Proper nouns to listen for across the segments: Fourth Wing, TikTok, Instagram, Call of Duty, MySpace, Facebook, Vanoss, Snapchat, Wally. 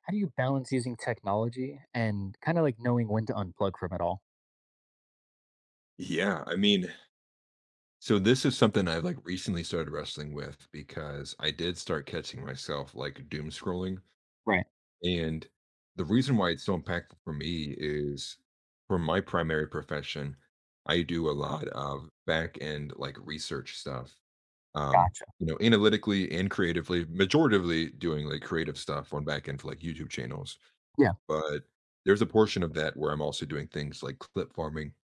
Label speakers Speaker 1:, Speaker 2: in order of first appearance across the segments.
Speaker 1: How do you balance using technology and kinda, like, knowing when to unplug from it all?
Speaker 2: Yeah, I mean, so this is something I've recently started wrestling with because I did start catching myself doom scrolling.
Speaker 1: Right,
Speaker 2: And the reason why it's so impactful for me is for my primary profession, I do a lot of back end research stuff. Um,
Speaker 1: gotcha.
Speaker 2: you know, analytically and creatively, majoritively doing creative stuff on back end for YouTube channels.
Speaker 1: Yeah,
Speaker 2: But there's a portion of that where I'm also doing things like clip farming.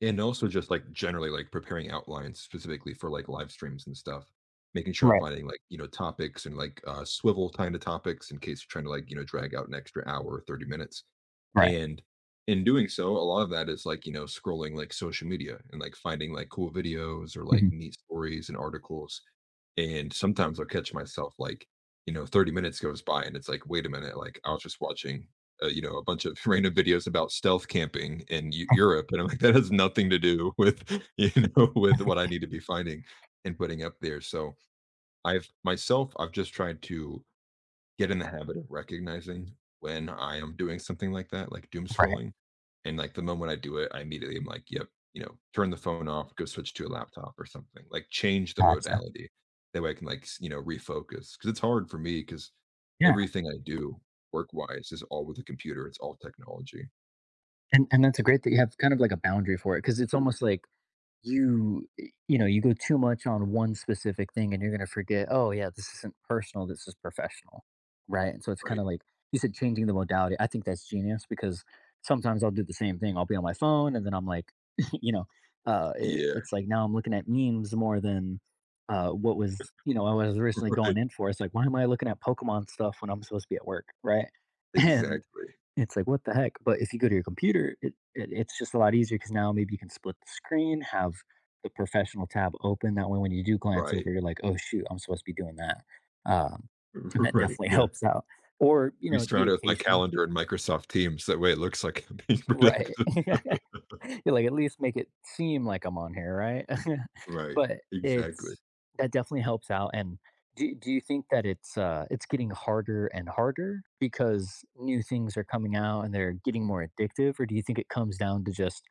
Speaker 2: And also just, generally, preparing outlines specifically for, live streams and stuff, making sure I'm
Speaker 1: right,
Speaker 2: finding, topics and, swivel kinda topics in case you're trying to, drag out an extra hour or 30 minutes.
Speaker 1: right,
Speaker 2: And in doing so, a lot of that is, scrolling, social media and, finding, cool videos or,
Speaker 1: mhm,
Speaker 2: neat stories and articles. And sometimes I'll catch myself, 30 minutes goes by and it's like, "Wait a minute, like, I was just watching you know, a bunch of random videos about stealth camping in Europe," and I'm like, that has nothing to do with, you know, with what I need to be finding and putting up there. So I've just tried to get in the habit of recognizing when I am doing something like that, like doom
Speaker 1: right,
Speaker 2: scrolling. And like the moment I do it, I immediately am like, yep, you know, turn the phone off, go switch to a laptop or something, like change the
Speaker 1: gotcha.
Speaker 2: modality. That way I can you know, refocus. Cause it's hard for me because
Speaker 1: Yeah.
Speaker 2: everything I do work wise is all with a computer, it's all technology.
Speaker 1: And that's a great that you have kind of like a boundary for it, because it's almost like you you know you go too much on one specific thing and you're going to forget, oh yeah, this isn't personal, this is professional, right? And so it's kind
Speaker 2: Right.
Speaker 1: of like, you said, changing the modality, I think that's genius, because sometimes I'll do the same thing, I'll be on my phone and then I'm like, you know
Speaker 2: Yeah.
Speaker 1: it's like, now I'm looking at memes more than what was, I was originally going
Speaker 2: Right.
Speaker 1: in for. It's like, why am I looking at Pokemon stuff when I'm supposed to be at work, right? And
Speaker 2: Exactly.
Speaker 1: it's like, what the heck? But if you go to your computer, it's just a lot easier, because now maybe you can split the screen, have the professional tab open. That way, when you do glance
Speaker 2: Right.
Speaker 1: over, you're like, oh shoot, I'm supposed to be doing that. Um, and that
Speaker 2: Right.
Speaker 1: definitely
Speaker 2: Yeah.
Speaker 1: helps out. Or,
Speaker 2: We
Speaker 1: the
Speaker 2: surround it with my
Speaker 1: occasional.
Speaker 2: calendar and Microsoft Teams. That way it looks like I'm being
Speaker 1: Right.
Speaker 2: productive.
Speaker 1: You're like, "At least make it seem like I'm on here, right?"
Speaker 2: Right.
Speaker 1: But
Speaker 2: Exactly.
Speaker 1: it's, that definitely helps out, and do you think that it's getting harder and harder because new things are coming out and they're getting more addictive, or do you think it comes down to just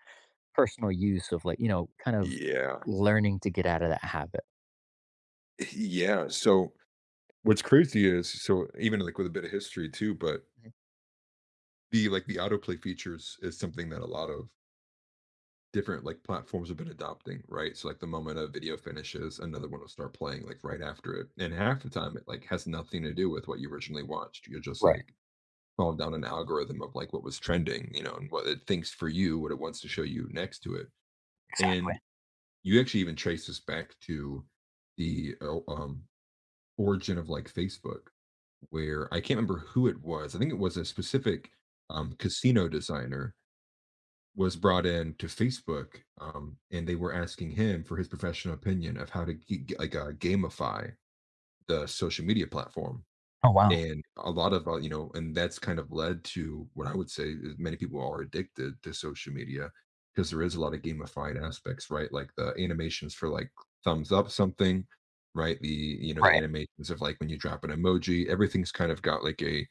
Speaker 1: personal use of, like, you know, kind of
Speaker 2: Yeah.
Speaker 1: learning to get out of that habit?
Speaker 2: Yeah, so what's crazy is so even, with a bit of history too, but
Speaker 1: Mhm.
Speaker 2: the autoplay features is something that a lot of different, platforms have been adopting, right? So, like, the moment a video finishes, another one will start playing, right after it, and half the time, it has nothing to do with what you originally watched. You're just,
Speaker 1: Right,
Speaker 2: like, falling down an algorithm of, what was trending, you know, and what it thinks for you, what it wants to show you next to it,
Speaker 1: exactly.
Speaker 2: and you actually even trace this back to the origin of like Facebook, where I can't remember who it was. I think it was a specific casino designer was brought in to Facebook, and they were asking him for his professional opinion of how to gamify the social media platform.
Speaker 1: Oh, wow.
Speaker 2: And a lot of, you know, and that's kind of led to what I would say is many people are addicted to social media because there is a lot of gamified aspects, right? Like the animations for like thumbs up something, right? The, you know, the
Speaker 1: Right,
Speaker 2: animations of like when you drop an emoji, everything's kind of got like a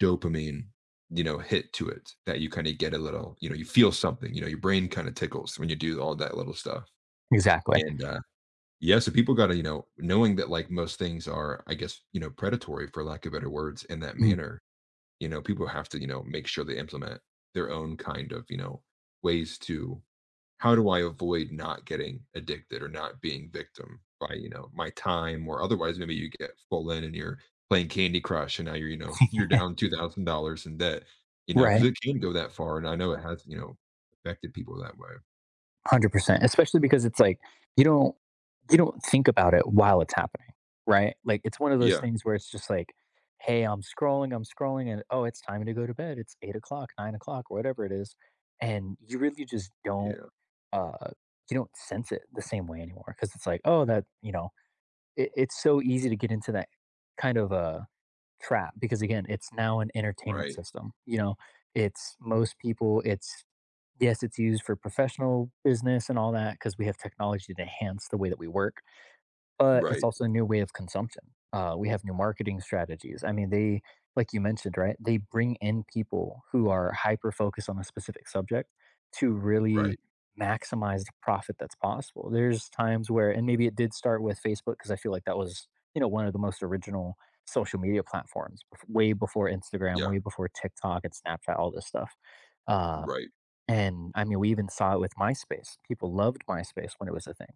Speaker 2: dopamine, you know, hit to it that you kind of get a little, you know, you feel something, you know, your brain kind of tickles when you do all that little stuff.
Speaker 1: exactly.
Speaker 2: And yeah, so people got to, you know, knowing that like most things are, I guess, you know, predatory for lack of better words in that
Speaker 1: Mm,
Speaker 2: manner, you know, people have to, you know, make sure they implement their own kind of, you know, ways to how do I avoid not getting addicted or not being victim by, you know, my time or otherwise maybe you get full in and you're playing Candy Crush and now you're, you know, you're down $2,000 in debt, you know, because
Speaker 1: right.
Speaker 2: it can go that far. And I know it has, you know, affected people that way.
Speaker 1: 100%, especially because it's like, you don't you don't think about it while it's happening, right? Like, it's one of those
Speaker 2: Yeah.
Speaker 1: things where it's just like, hey, I'm scrolling, and oh, it's time to go to bed. It's 8 o'clock, 9 o'clock, whatever it is, and you really just don't,
Speaker 2: Yeah.
Speaker 1: uh you don't sense it the same way anymore, because it's like, oh, that, you know, it it's so easy to get into that kind of a trap, because again, it's now an entertainment
Speaker 2: Right.
Speaker 1: system, you know? It's most people, it's yes, it's used for professional business and all that, because we have technology to enhance the way that we work, but it's
Speaker 2: Right.
Speaker 1: also a new way of consumption. We have new marketing strategies. I mean, they, like you mentioned, right? They bring in people who are hyper focused on a specific subject to really
Speaker 2: Right.
Speaker 1: maximize the profit that's possible. There's times where, and maybe it did start with Facebook, because I feel like that was, one of the most original social media platforms, way before Instagram,
Speaker 2: Yeah.
Speaker 1: way before TikTok and Snapchat, all this stuff. Uh,
Speaker 2: Right.
Speaker 1: and I mean, we even saw it with MySpace. People loved MySpace when it was a thing,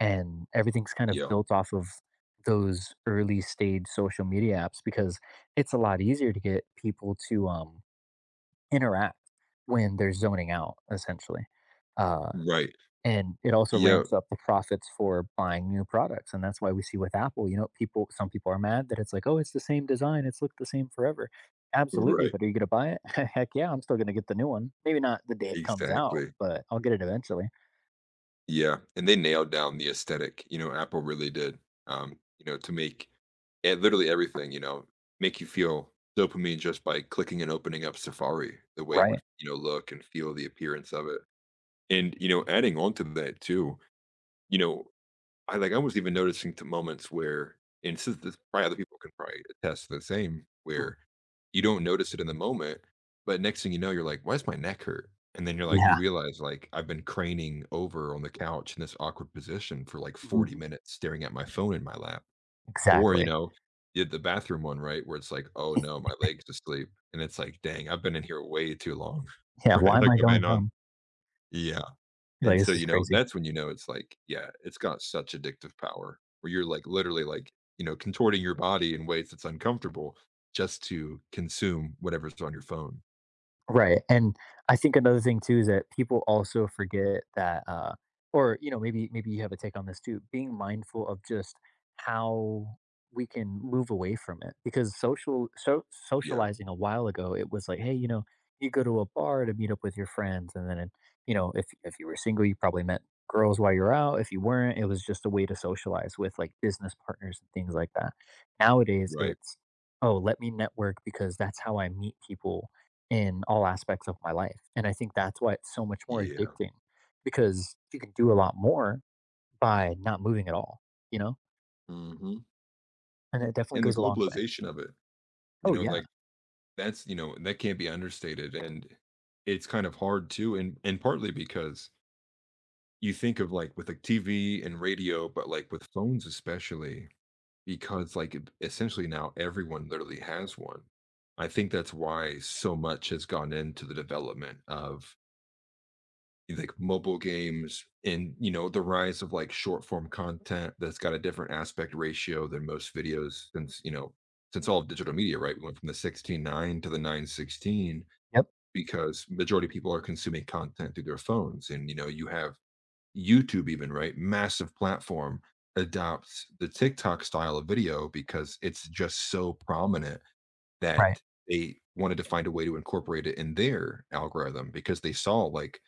Speaker 1: and everything's kind of
Speaker 2: Yeah.
Speaker 1: built off of those early stage social media apps, because it's a lot easier to get people to, interact when they're zoning out essentially, uh,
Speaker 2: Right.
Speaker 1: and it also
Speaker 2: Yeah.
Speaker 1: ramps up the profits for buying new products. And that's why we see with Apple, you know, people some people are mad that it's like, oh, it's the same design, it's looked the same forever. Absolutely.
Speaker 2: Right.
Speaker 1: But are you going to buy it? Heck yeah, I'm still going to get the new one, maybe not the day it comes out,
Speaker 2: Exactly.
Speaker 1: but I'll get it eventually,
Speaker 2: Yeah, and they nailed down the aesthetic, you know, Apple really did, you know, to make e literally everything, you know, make you feel dopamine just by clicking and opening up Safari the way it
Speaker 1: right?
Speaker 2: would, you know, look and feel the appearance of it. And, you know, adding on to that too, you know I I was even noticing to moments where, and this probably other people can probably attest to the same,
Speaker 1: Mhm.
Speaker 2: where you don't notice it in the moment, but next thing you know, you're like, why does my neck hurt? And then you're like, you
Speaker 1: Yeah.
Speaker 2: realize like I've been craning over on the couch in this awkward position for like 40
Speaker 1: Mhm.
Speaker 2: minutes staring at my phone in my lap. Or, you
Speaker 1: Exactly.
Speaker 2: know, you did the bathroom one, right? Where it's like, oh no, my leg's asleep. And it's like, dang, I've been in here way too long.
Speaker 1: Yeah, why
Speaker 2: Right.
Speaker 1: am
Speaker 2: Like
Speaker 1: I
Speaker 2: I've been
Speaker 1: going
Speaker 2: on.
Speaker 1: numb?
Speaker 2: Yeah.
Speaker 1: Like,
Speaker 2: And so,
Speaker 1: this is
Speaker 2: you know,
Speaker 1: crazy.
Speaker 2: that's when you know it's like, yeah, it's got such addictive power where you're like literally like, you know, contorting your body in ways that's uncomfortable just to consume whatever's on your phone.
Speaker 1: Right, and I think another thing too is that people also forget that, or you know, maybe you have a take on this too. Being mindful of just how we can move away from it, because social so
Speaker 2: Yeah.
Speaker 1: socializing a while ago, it was like, hey, you know, you go to a bar to meet up with your friends, and then, you know, if you were single, you probably met girls while you're out. If you weren't, it was just a way to socialize with like business partners and things like that. Nowadays,
Speaker 2: Right.
Speaker 1: it's oh, let me network, because that's how I meet people in all aspects of my life. And I think that's why it's so much more
Speaker 2: Yeah.
Speaker 1: addicting, because you can do a lot more by not moving at all, you know?
Speaker 2: hmm
Speaker 1: And it definitely
Speaker 2: And the
Speaker 1: goes a long way.
Speaker 2: globalization of it, you
Speaker 1: Oh,
Speaker 2: know,
Speaker 1: yeah.
Speaker 2: that's, you know, that can't be understated. And it's kind of hard too. And partly because you think of like with like TV and radio, but like with phones, especially, because, like, eb essentially now everyone literally has one. I think that's why so much has gone into the development of, mobile games and, you know, the rise of, short form content that's got a different aspect ratio than most videos since, you know, since all of digital media, right? We went from the 16:9 to the 9:16
Speaker 1: Yep.
Speaker 2: because majority of people are consuming content through their phones, and, you know, you have YouTube, even right, massive platform, adopts the TikTok style of video because it's just so prominent
Speaker 1: Right.
Speaker 2: that they wanted to find a way to incorporate it in their algorithm because they saw like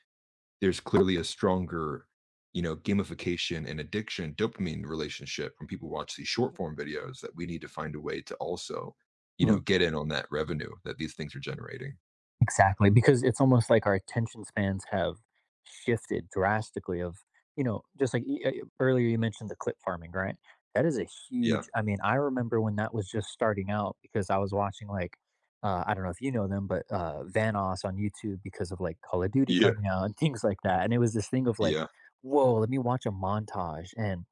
Speaker 2: there's clearly a stronger, you know, gamification and addiction dopamine relationship when people watch these short form videos that we need to find a way to also, you know, get in on that revenue that these things are generating.
Speaker 1: Exactly, because it's almost like our attention spans have shifted drastically of, you know, just like, earlier you mentioned the clip farming, right? That is a huge,
Speaker 2: Yeah.
Speaker 1: I mean, I remember when that was just starting out, because I was watching, like, I don't know if you know them, but Vanoss on YouTube, because of like Call of Duty
Speaker 2: Yeah.
Speaker 1: coming out, and things like that. And it was this thing of like,
Speaker 2: Yeah.
Speaker 1: whoa, let me watch a montage. And,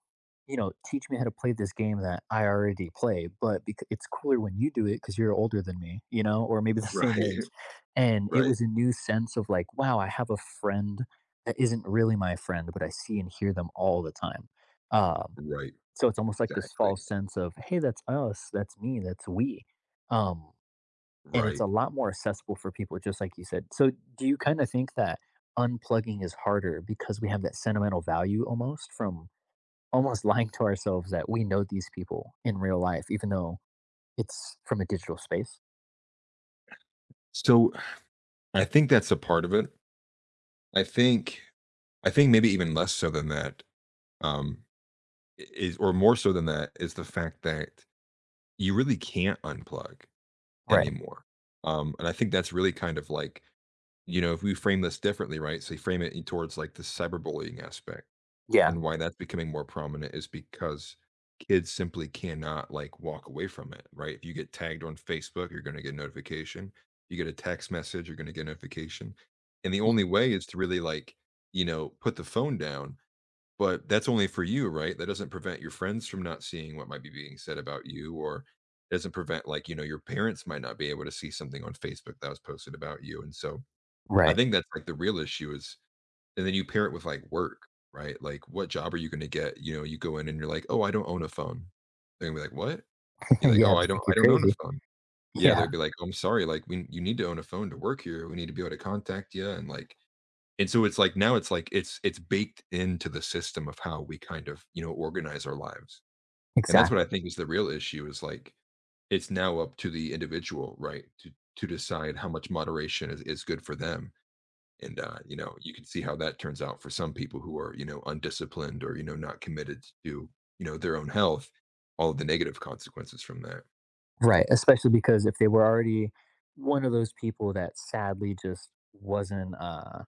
Speaker 1: teach me how to play this game that I already play, but it's cooler when you do it because you're older than me, you know, or maybe the same
Speaker 2: Right.
Speaker 1: age. And it
Speaker 2: Right.
Speaker 1: was a new sense of like, wow, I have a friend that isn't really my friend, but I see and hear them all the time. Um,
Speaker 2: Right.
Speaker 1: so it's almost like this
Speaker 2: Exactly.
Speaker 1: false sense of, hey, that's us, that's me, that's we. Um, and it's a
Speaker 2: Right.
Speaker 1: lot more accessible for people, just like you said. So do you kind of think that unplugging is harder because we have that sentimental value, almost from almost lying to ourselves that we know these people in real life, even though it's from a digital space?
Speaker 2: So I think that's a part of it. I think I think maybe even less so than that, um, I is or more so than that is the fact that you really can't unplug
Speaker 1: Right.
Speaker 2: anymore. And I think that's really kind of like, you know, if we frame this differently, right? So you frame it in towards like the cyberbullying aspect.
Speaker 1: Yeah.
Speaker 2: And why that's becoming more prominent is because kids simply cannot like walk away from it, right? If you get tagged on Facebook, you're going to get a notification. You get a text message, you're going to get a notification. And the
Speaker 1: Mm.
Speaker 2: only way is to really like, you know, put the phone down. But that's only for you, right? That doesn't prevent your friends from not seeing what might be being said about you, or doesn't prevent like, you know, your parents might not be able to see something on Facebook that was posted about you. And so I
Speaker 1: Right.
Speaker 2: think that's like the real issue is, and then you pair it with like work, right? Like, what job are you going to get? You know, you go in and you're like, oh, I don't own a phone. They're gonna be like, what? You're like,
Speaker 1: Yeah,
Speaker 2: oh,
Speaker 1: they
Speaker 2: I don't,
Speaker 1: think you're
Speaker 2: I don't own a
Speaker 1: crazy.
Speaker 2: phone. Yeah,
Speaker 1: Yeah,
Speaker 2: they'd be like, oh, I'm sorry, like we, you need to own a phone to work here. We need to be able to contact you, and like, and so it's like now it's like it's baked into the system of how we kind of you know organize our lives, and that's what I
Speaker 1: exactly.
Speaker 2: think is the real issue is like it's now up to the individual, right, to decide how much moderation is good for them, and, you know, you can see how that turns out for some people who are, you know, undisciplined or, you know, not committed to, you know, their own health, all of the negative consequences from that.
Speaker 1: Right. Especially because if they were already one of those people that sadly just wasn't,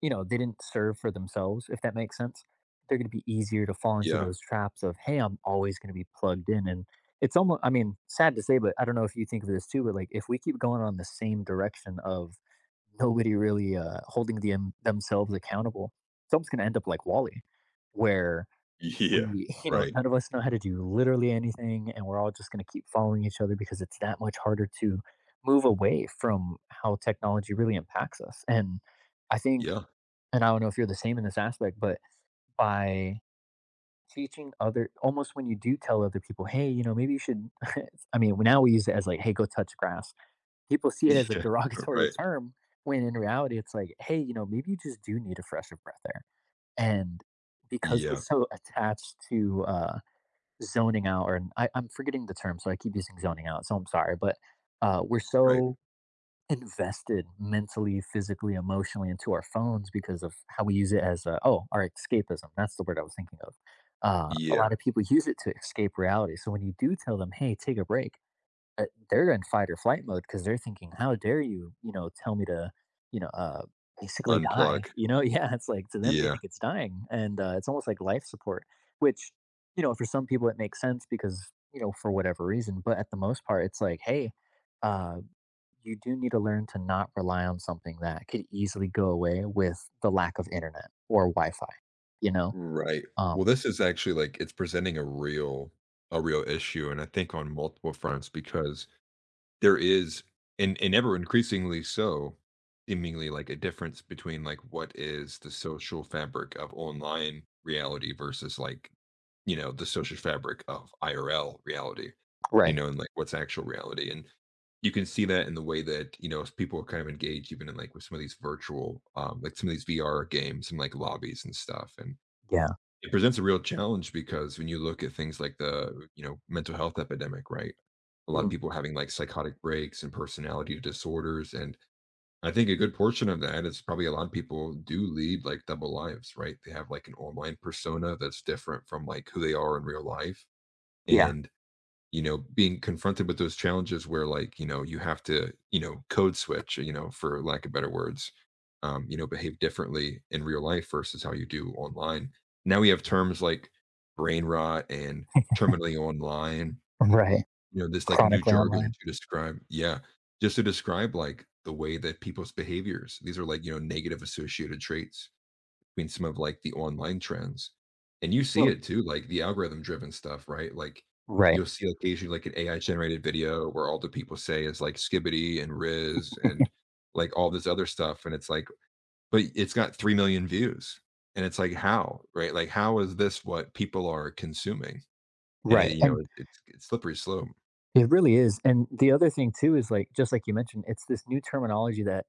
Speaker 1: you know, they didn't serve for themselves, if that makes sense. They're going to be easier to fall into
Speaker 2: Yeah.
Speaker 1: those traps of, hey, I'm always going to be plugged in. And it's almost, I mean, sad to say, but I don't know if you think of this too, but like if we keep going on the same direction of nobody really, holding themselves accountable, it's almost going to end up like Wally, where
Speaker 2: Yeah.
Speaker 1: we, you know,
Speaker 2: Right.
Speaker 1: none of us know how to do literally anything. And we're all just going to keep following each other because it's that much harder to move away from how technology really impacts us. I think
Speaker 2: Yeah.
Speaker 1: and I don't know if you're the same in this aspect, but by teaching other, almost, when you do tell other people, hey, you know, maybe you should, I mean, now we use it as like, hey, go touch grass. People see it as a
Speaker 2: Yeah.
Speaker 1: derogatory
Speaker 2: Right.
Speaker 1: term, when in reality it's like, hey, you know, maybe you just do need a fresh of breath air. And because we're
Speaker 2: Yeah.
Speaker 1: so attached to, zoning out, or I'm forgetting the term, so I keep using zoning out, so I'm sorry, but we're
Speaker 2: Right.
Speaker 1: so invested mentally, physically, emotionally into our phones, because of how we use it as a, oh, our escapism. That's the word I was thinking of. A
Speaker 2: Yeah.
Speaker 1: lot of people use it to escape reality. So when you do tell them, hey, take a break, uh, they're in fight or flight mode because they're thinking, how dare you, tell me to, you know, uh, basically die.
Speaker 2: Unplug.
Speaker 1: You know, yeah, it's like to them, they
Speaker 2: Yeah.
Speaker 1: think it's dying. And it's almost like life support, which, you know, for some people it makes sense, because, you know, for whatever reason. But at the most part, it's like, hey, uh, you do need to learn to not rely on something that could easily go away with the lack of internet or Wi-Fi, you know?
Speaker 2: Right.
Speaker 1: Um
Speaker 2: Well, this is actually like it's presenting a real issue, and I think on multiple fronts because there is, and ever increasingly so, seemingly like a difference between like what is the social fabric of online reality versus like, you know, the social fabric of IRL reality, you
Speaker 1: right?
Speaker 2: know, and like what's actual reality. And you can see that in the way that, you know, as people are kind of engaged even in like with some of these virtual, like some of these VR games and like lobbies and stuff. And
Speaker 1: Yeah.
Speaker 2: it presents a real challenge because when you look at things like the, you know, mental health epidemic, right? A lot of
Speaker 1: Mm.
Speaker 2: people having like psychotic breaks and personality disorders. And I think a good portion of that is probably a lot of people do lead like double lives, right? They have like an online persona that's different from like who they are in real life.
Speaker 1: Yeah.
Speaker 2: And you know being confronted with those challenges where like you know you have to you know code switch you know for lack of better words, you know behave differently in real life versus how you do online. Now we have terms like brain rot and terminally online,
Speaker 1: Right.
Speaker 2: you know, this like new
Speaker 1: Chronically
Speaker 2: jargon
Speaker 1: online.
Speaker 2: to describe yeah just to describe like the way that people's behaviors, these are like you know negative associated traits between some of like the online trends. And you see
Speaker 1: No.
Speaker 2: it too, like the algorithm driven stuff, right? Like
Speaker 1: Right.
Speaker 2: you'll see occasionally like an AI generated video where all the people say is like skibbity and Riz and like all this other stuff. And it's like, but it's got 3 million views. And it's like, how, right? Like, how is this what people are consuming? And it,
Speaker 1: Right.
Speaker 2: you know,
Speaker 1: And
Speaker 2: it, it's slippery slope,
Speaker 1: it really is. And the other thing too is like, just like you mentioned, it's this new terminology that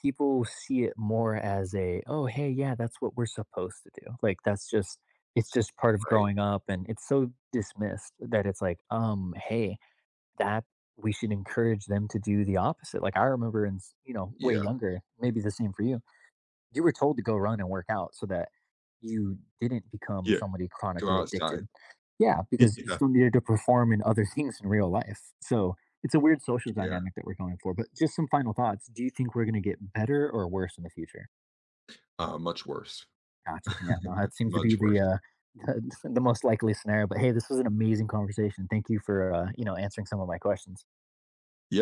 Speaker 1: people see it more as a, oh hey, yeah, that's what we're supposed to do. Like, that's just it's just part of
Speaker 2: right?
Speaker 1: growing up, and it's so dismissed that it's like, hey, that we should encourage them to do the opposite. Like I remember in, you know, way
Speaker 2: Yeah.
Speaker 1: younger, maybe the same for you. You were told to go run and work out so that you didn't become
Speaker 2: Yeah.
Speaker 1: somebody
Speaker 2: Go
Speaker 1: chronically
Speaker 2: outside.
Speaker 1: addicted. Yeah, because you
Speaker 2: yeah.
Speaker 1: still needed to perform in other things in real life. So it's a weird social
Speaker 2: Yeah.
Speaker 1: dynamic that we're going for. But just some final thoughts. Do you think we're going to get better or worse in the future?
Speaker 2: Much worse.
Speaker 1: Gotcha. Yeah, no, that seems to be
Speaker 2: Much
Speaker 1: the,
Speaker 2: worse.
Speaker 1: the most likely scenario. But hey, this was an amazing conversation. Thank you for, answering some of my questions.
Speaker 2: Yeah.